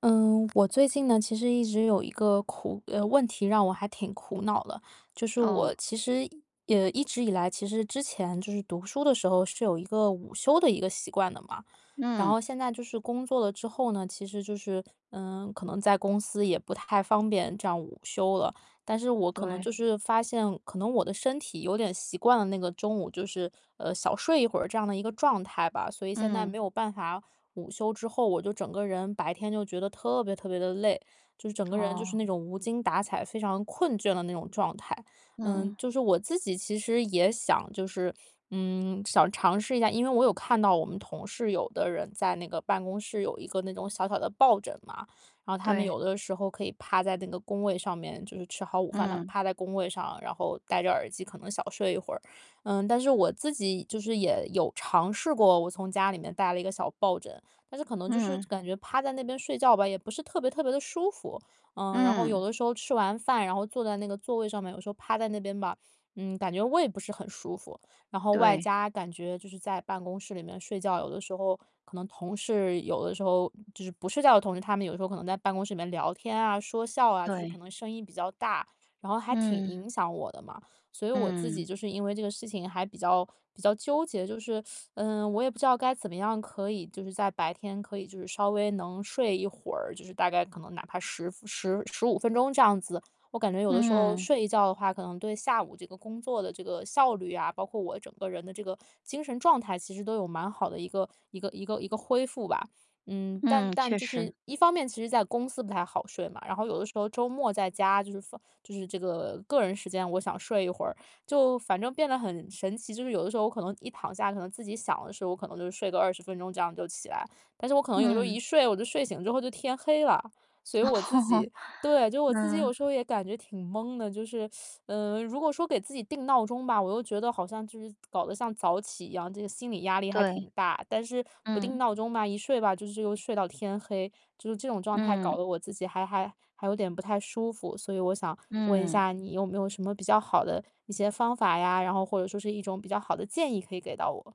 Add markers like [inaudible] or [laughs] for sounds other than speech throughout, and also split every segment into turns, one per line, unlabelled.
嗯，我最近呢，其实一直有一个问题让我还挺苦恼的。就是
哦，
我其实也一直以来，其实之前就是读书的时候是有一个午休的一个习惯的嘛。然
嗯，
后现在就是工作了之后呢，其实就是，可能在公司也不太方便这样午休了。但是我可能
对，
就是发现，可能我的身体有点习惯了那个中午就是，小睡一会儿这样的一个状态吧，所以现在
嗯，
没有办法午休之后，我就整个人白天就觉得特别特别的累，就是整个人就是
哦，
那种无精打采、非常困倦的那种状态。
嗯，
就是我自己其实也想就是，想尝试一下，因为我有看到我们同事有的人在那个办公室有一个那种小小的抱枕嘛，然后他们
对，
有的时候可以趴在那个工位上面，就是吃好午饭，他们
嗯，
趴在工位上，然后戴着耳机可能小睡一会儿。但是我自己就是也有尝试过，我从家里面带了一个小抱枕，但是可能就是
嗯，
感觉趴在那边睡觉吧，也不是特别特别的舒服。然后有
嗯，
的时候吃完饭，然后坐在那个座位上面，有时候趴在那边吧，感觉胃不是很舒服。然后外
对，
加感觉就是在办公室里面睡觉，有的时候可能同事有的时候就是不睡觉的同事，他们有时候可能在办公室里面聊天啊、说笑啊，就是可
对，
能声音比较大，然后还挺
嗯，
影响我的嘛。所以我自己
嗯，
就是因为这个事情还比较纠结，就是，我也不知道该怎么样可以就是在白天可以就是稍微能睡一会儿，就是大概可能哪怕十五分钟这样子。我感觉有的时候
嗯，
睡一觉的话，可能对下午这个工作的这个效率啊，包括我整个人的这个精神状态，其实都有蛮好的一个恢复吧。但
嗯，
但
确
就
实，
是一方面，其实在公司不太好睡嘛，然后有的时候周末在家就是就是这个个人时间，我想睡一会儿，就反正变得很神奇。就是有的时候我可能一躺下，可能自己想的时候，我可能就是睡个20分钟这样就起来，但是我可能有时候
嗯，
一睡，我就睡醒之后就天黑了。所以我自
[laughs] 哦，
己对，就我自己
嗯，
有时候也感觉挺懵的，就是如果说给自己定闹钟吧，我又觉得好像就是搞得像早起一样，这个心理压力还
对，
挺大。但是不定
嗯，
闹钟吧，一睡吧，就是又睡到天黑，就是这种状态
嗯，
搞得我自己还有点不太舒服。所以我想问一
嗯。
下，你有没有什么比较好的一些方法呀？然后或者说是一种比较好的建议可以给到我？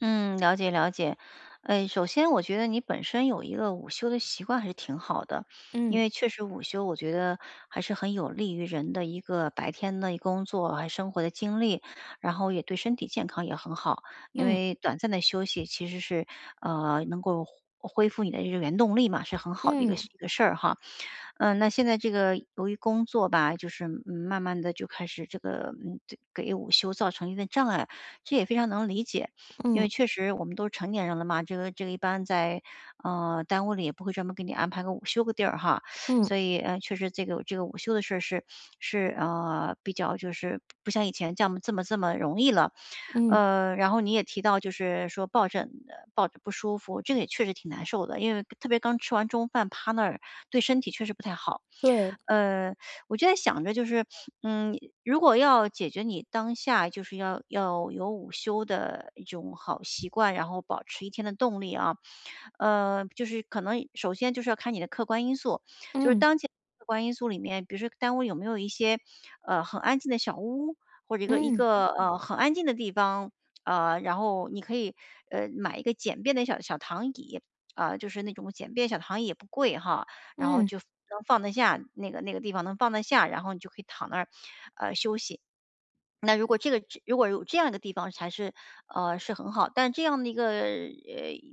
嗯，了解了解。哎，首先我觉得你本身有一个午休的习惯还是挺好的，因
嗯
为确实午休我觉得还是很有利于人的一个白天的一工作还生活的精力，然后也对身体健康也很好。因
嗯
为短暂的休息其实是能够恢复你的这个原动力嘛，是很好的一个
嗯
一个事儿哈。嗯，那现在这个由于工作吧，就是，慢慢的就开始这个，对给午休造成一定的障碍，这也非常能理解。因
嗯
为确实我们都是成年人了嘛，这个一般在，单位里也不会专门给你安排个午休个地儿哈。
嗯
所以，确实这个午休的事儿是是，比较就是不像以前这样这么容易了。
嗯，
然后你也提到就是说抱枕抱着不舒服，这个也确实挺难受的，因为特别刚吃完中饭趴那儿，对身体确实不太好。
对，
呃，我就在想着就是，嗯，如果要解决你当下就是要有午休的一种好习惯，然后保持一天的动力啊，就是可能首先就是要看你的客观因素，就是
嗯
当前客观因素里面，比如说单位有没有一些很安静的小屋，或者一个一
嗯
个很安静的地方，然后你可以买一个简便的小躺椅，啊、就是那种简便小躺椅也不贵哈，然后
嗯。
就能放得下那个那个地方能放得下，然后你就可以躺那儿休息。那如果这个如果有这样一个地方才是是很好，但这样的一个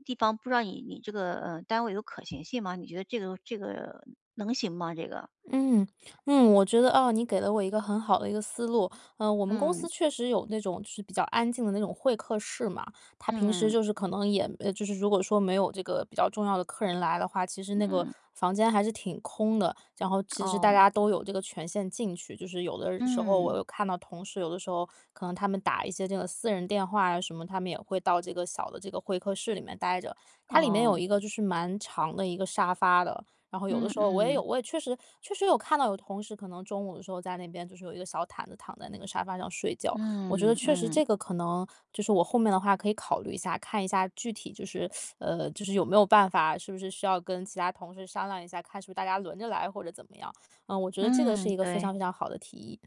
地方，不知道你这个单位有可行性吗？你觉得这个能行吗？这个，
嗯嗯，我觉得哦，你给了我一个很好的一个思路。嗯，我们公
嗯
司确实有那种就是比较安静的那种会客室嘛，他平时
嗯
就是可能就是如果说没有这个比较重要的客人来的话，其实那个
嗯，
房间还是挺空的。然后其实大
哦，
家都有这个权限进去，就是有的时候我
嗯
有看到同事，有的时候可能他们打一些这个私人电话呀什么，他们也会到这个小的这个会客室里面待着。它里面有
哦。
一个就是蛮长的一个沙发的，然后有的
嗯
时候我也有，
嗯
我也确实有看到有同事可能中午的时候在那边就是有一个小毯子躺在那个沙发上睡觉，我觉得
嗯
确实
嗯
这个可能就是我后面的话可以考虑一下，看一下具体就是就是有没有办法，是不是需要跟其他同事商量一下，看是不是大家轮着来或者怎么样。嗯，我觉得这个
嗯，
是一个非
对，
常非常好的提议。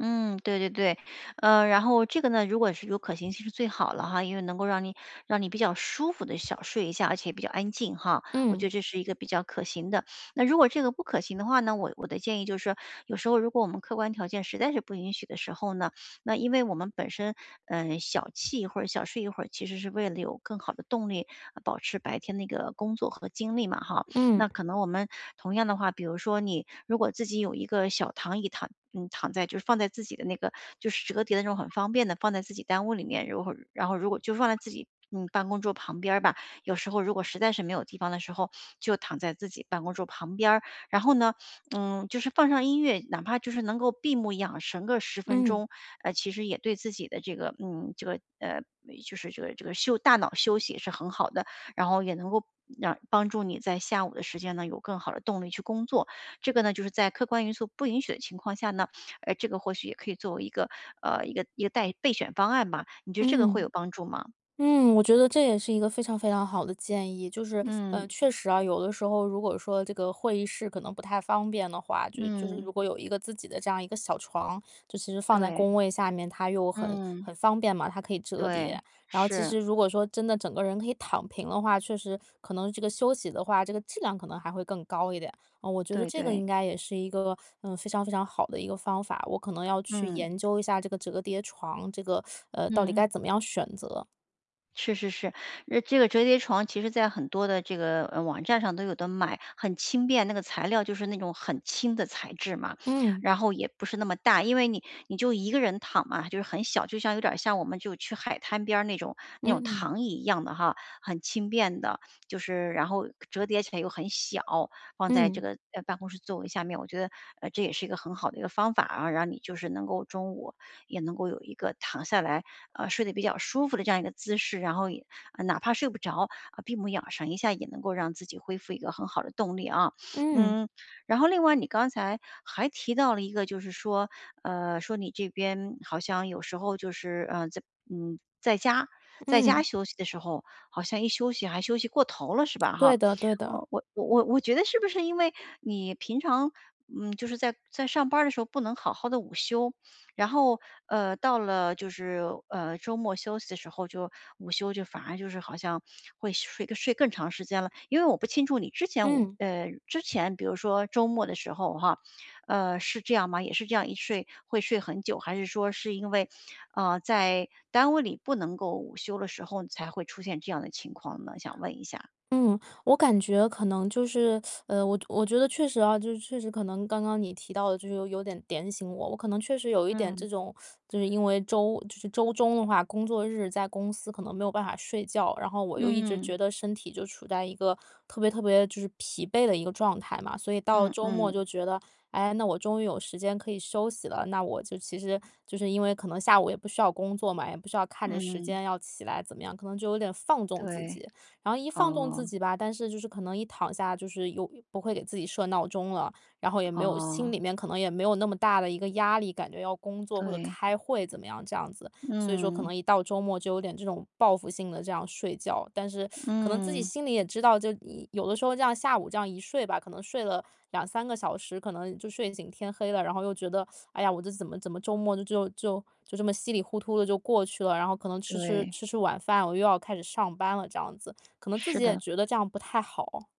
嗯，对对对，然后这个呢，如果是有可行性是最好了哈，因为能够让你比较舒服的小睡一下，而且比较安静哈，我觉
嗯
得这是一个比较可行的。那如果这个不可行的话呢，我的建议就是，说，有时候如果我们客观条件实在是不允许的时候呢，那因为我们本身小憩一会儿，小睡一会儿，其实是为了有更好的动力，保持白天那个工作和精力嘛哈。
嗯
那可能我们同样的话，比如说你如果自己有一个小躺椅躺，躺在就是放在自己的那个就是折叠的那种很方便的，放在自己单屋里面，如果然后如果就放在自己。嗯，办公桌旁边儿吧。有时候如果实在是没有地方的时候，就躺在自己办公桌旁边儿。然后呢，就是放上音乐，哪怕就是能够闭目养神个十分
嗯
钟，其实也对自己的这个，这个就是这个休大脑休息是很好的。然后也能够让帮助你在下午的时间呢有更好的动力去工作。这个呢，就是在客观因素不允许的情况下呢，这个或许也可以作为一个一个待备选方案吧。你觉得这个会
嗯。
有帮助吗？
嗯，我觉得这也是一个非常非常好的建议，就是，
嗯
确实啊，有的时候如果说这个会议室可能不太方便的话，就是
嗯，
如果有一个自己的这样一个小床，就其实放在
对，
工位下面，它又很
嗯
很方便嘛，它可以折叠。
对，
然后其
是，
实如果说真的整个人可以躺平的话，确实可能这个休息的话，这个质量可能还会更高一点。嗯，我觉得
对
这个
对，
应该也是一个非常非常好的一个方法，我可能要去
嗯
研究一下这个折叠床，这个到底
嗯。
该怎么样选择。
是是是，这个折叠床其实在很多的这个网站上都有的买，很轻便，那个材料就是那种很轻的材质嘛，
嗯，
然后也不是那么大，因为你就一个人躺嘛，就是很小，就像有点像我们就去海滩边儿那种那种
嗯，
躺椅一样的哈，很轻便的，就是然后折叠起来又很小，放在这
嗯，
个办公室座位下面，我觉得这也是一个很好的一个方法啊，让你就是能够中午也能够有一个躺下来，睡得比较舒服的这样一个姿势，然后也哪怕睡不着啊，闭目养神一下，也能够让自己恢复一个很好的动力啊。
嗯，
嗯，然后另外你刚才还提到了一个，就是说，说你这边好像有时候就是在在家在家
嗯，
休息的时候，好像一休息还休息过头了，是吧？哈，
对的对的，
我觉得是不是因为你平常就是在在上班儿的时候不能好好的午休，然后，到了就是，周末休息的时候，就午休就反而就是好像会睡个睡更长时间了，因为我不清楚你之前
嗯。
之前比如说周末的时候哈，是这样吗？也是这样一睡会睡很久，还是说是因为，在单位里不能够午休的时候才会出现这样的情况呢？想问一下。
嗯，我感觉可能就是，我觉得确实啊，就是确实可能刚刚你提到的，就是有点点醒我，我可能确实有一点
嗯。
这种，就是因为就是周中的话，工作日在公司可能没有办法睡觉，然后我又一直
嗯，
觉得身体就处在一个特别特别就是疲惫的一个状态嘛，所以到了
嗯
周末
嗯
就觉得，哎，那我终于有时间可以休息了，那我就其实就是因为可能下午也不需要工作嘛，也不需要看着时
嗯，
间要起来怎么样，可能就有点放纵自
对，
己。然后一放纵自
哦，
己吧，但是就是可能一躺下就是又不会给自己设闹钟了，然后也没有心
哦，
里面可能也没有那么大的一个压力，感觉要工作或者
对，
开会怎么样这样子，所以说可
嗯，
能一到周末就有点这种报复性的这样睡觉，但是可能自己
嗯。
心里也知道，就一有的时候这样下午这样一睡吧，可能睡了两三个小时，可能就睡醒天黑了，然后又觉得哎呀，我这怎么周末就这么稀里糊涂的就过去了，然后可能吃吃
对，
吃吃晚饭，我又要开始上班了这样子，可能自
是
己也
的，
觉得这样不太好。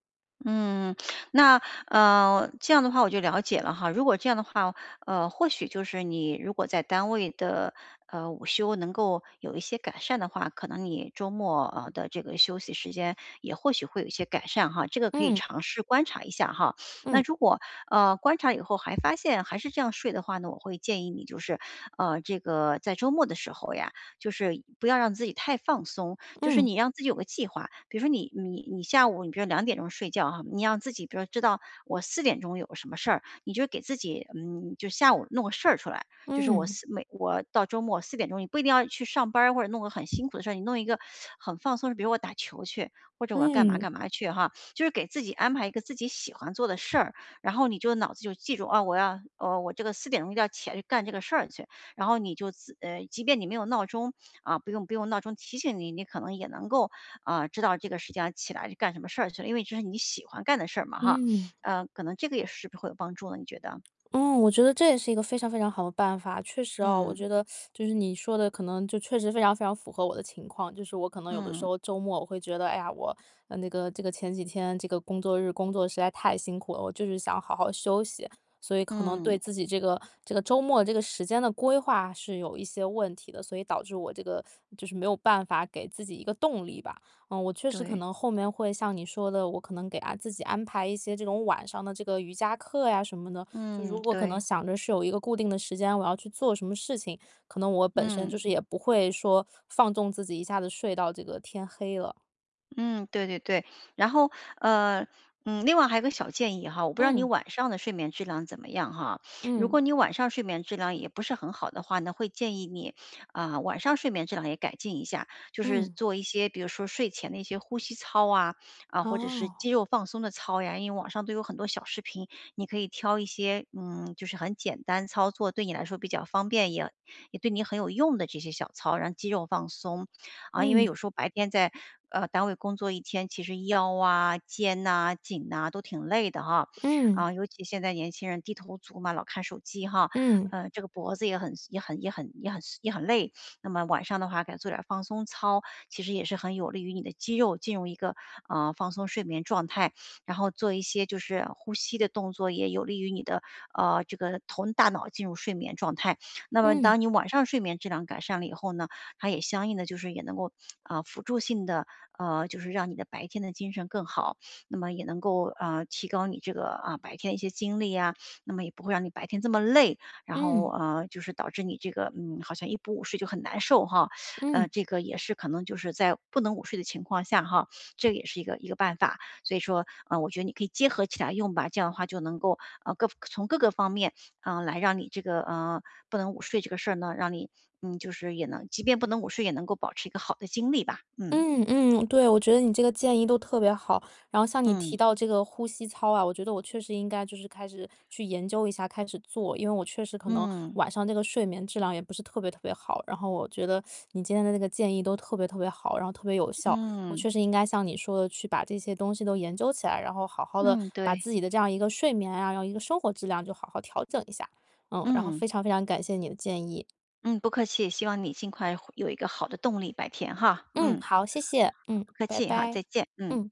嗯，那这样的话我就了解了哈。如果这样的话，或许就是你如果在单位的午休能够有一些改善的话，可能你周末的这个休息时间也或许会有一些改善哈。这个可以
嗯，
尝试观察一下哈。那
嗯，
如果观察以后还发现还是这样睡的话呢，我会建议你就是这个在周末的时候呀，就是不要让自己太放松。就是
嗯，
你让自己有个计划，比如说你下午，你比如两点钟睡觉哈，你让自己比如知道我四点钟有个什么事儿，你就给自己，就下午弄个事儿出来。就是
嗯，
我到周末四点钟，你不一定要去上班儿或者弄个很辛苦的事儿，你弄一个很放松的比如我打球去，或者我要干嘛
嗯，
干嘛去哈，就是给自己安排一个自己喜欢做的事儿，然后你就脑子就记住，啊，我这个四点钟一定要起来去干这个事儿去。然后你就即便你没有闹钟啊，不用闹钟提醒你，你可能也能够啊、知道这个时间要起来去干什么事儿去了，因为这是你喜欢干的事儿嘛哈。
嗯。
可能这个也是不是会有帮助的，你觉得？
嗯，我觉得这也是一个非常非常好的办法。确实哦，我
嗯
觉得就是你说的，可能就确实非常非常符合我的情况。就是我可能有的时
嗯
候周末我会觉得，哎呀，我那个这个前几天这个工作日工作实在太辛苦了，我就是想好好休息。所以可能
嗯，
对自己这个周末这个时间的规划是有一些问题的，所以导致我这个就是没有办法给自己一个动力吧。嗯，我确实可
对，
能后面会像你说的，我可能给自己安排一些这种晚上的这个瑜伽课呀什么的，就
嗯
如果可能
对，
想着是有一个固定的时间，我要去做什么事情，可能我本身就
嗯。
是也不会说放纵自己，一下子睡到这个天黑了。
嗯，对对对。然后，呃，另外还有个小建议哈，我不知道你
嗯
晚上的睡眠质量怎么样哈。如果
嗯
你晚上睡眠质量也不是很好的话呢，会建议你啊、晚上睡眠质量也改进一下，就是
嗯，
做一些比如说睡前的一些呼吸操啊，或者是
哦，
肌肉放松的操呀，因为网上都有很多小视频，你可以挑一些就是很简单操作，对你来说比较方便，也对你很有用的这些小操，让肌肉放松。啊，因为有
嗯
时候白天在单位工作一天，其实腰啊、肩呐、颈呐、都挺累的哈，
嗯
啊，尤其现在年轻人低头族嘛，老看手机哈，
嗯
这个脖子也很累。那么晚上的话，给做点儿放松操，其实也是很有利于你的肌肉进入一个放松睡眠状态，然后做一些就是呼吸的动作，也有利于你的这个头大脑进入睡眠状态。那么
嗯
当你晚上睡眠质量改善了以后呢？它也相应的就是也能够，啊，辅助性的，就是让你的白天的精神更好，那么也能够，啊，提高你这个，啊，白天的一些精力啊，那么也不会让你白天这么累，然后，
嗯
就是导致你这个，好像一不午睡就很难受哈。
嗯。
这个也是可能就是在不能午睡的情况下哈，这个也是一个办法。所以说，我觉得你可以结合起来用吧，这样的话就能够，各从各个方面啊，来让你这个，不能午睡这个事儿呢，让你就是也能即便不能午睡，也能够保持一个好的精力吧。嗯，
嗯嗯，对，我觉得你这个建议都特别好。然后像你提
嗯，
到这个呼吸操啊，我觉得我确实应该就是开始去研究一下，开始做，因为我确实可能
嗯，
晚上这个睡眠质量也不是特别特别好。然后我觉得你今天的那个建议都特别特别好，然后特别有效。我
嗯，
确实应该像你说的，去把这些东西都研究起来，然后好好的
嗯，
把
对，
自己的这样一个睡眠啊，然后一个生活质量就好好调整一下。嗯，然后
嗯，
非常非常感谢你的建议。
嗯，不客气，希望你尽快有一个好的动力，白天哈。
嗯，
嗯，
好，谢谢。嗯，
不客
拜
气哈，再
拜。
见，嗯。
嗯。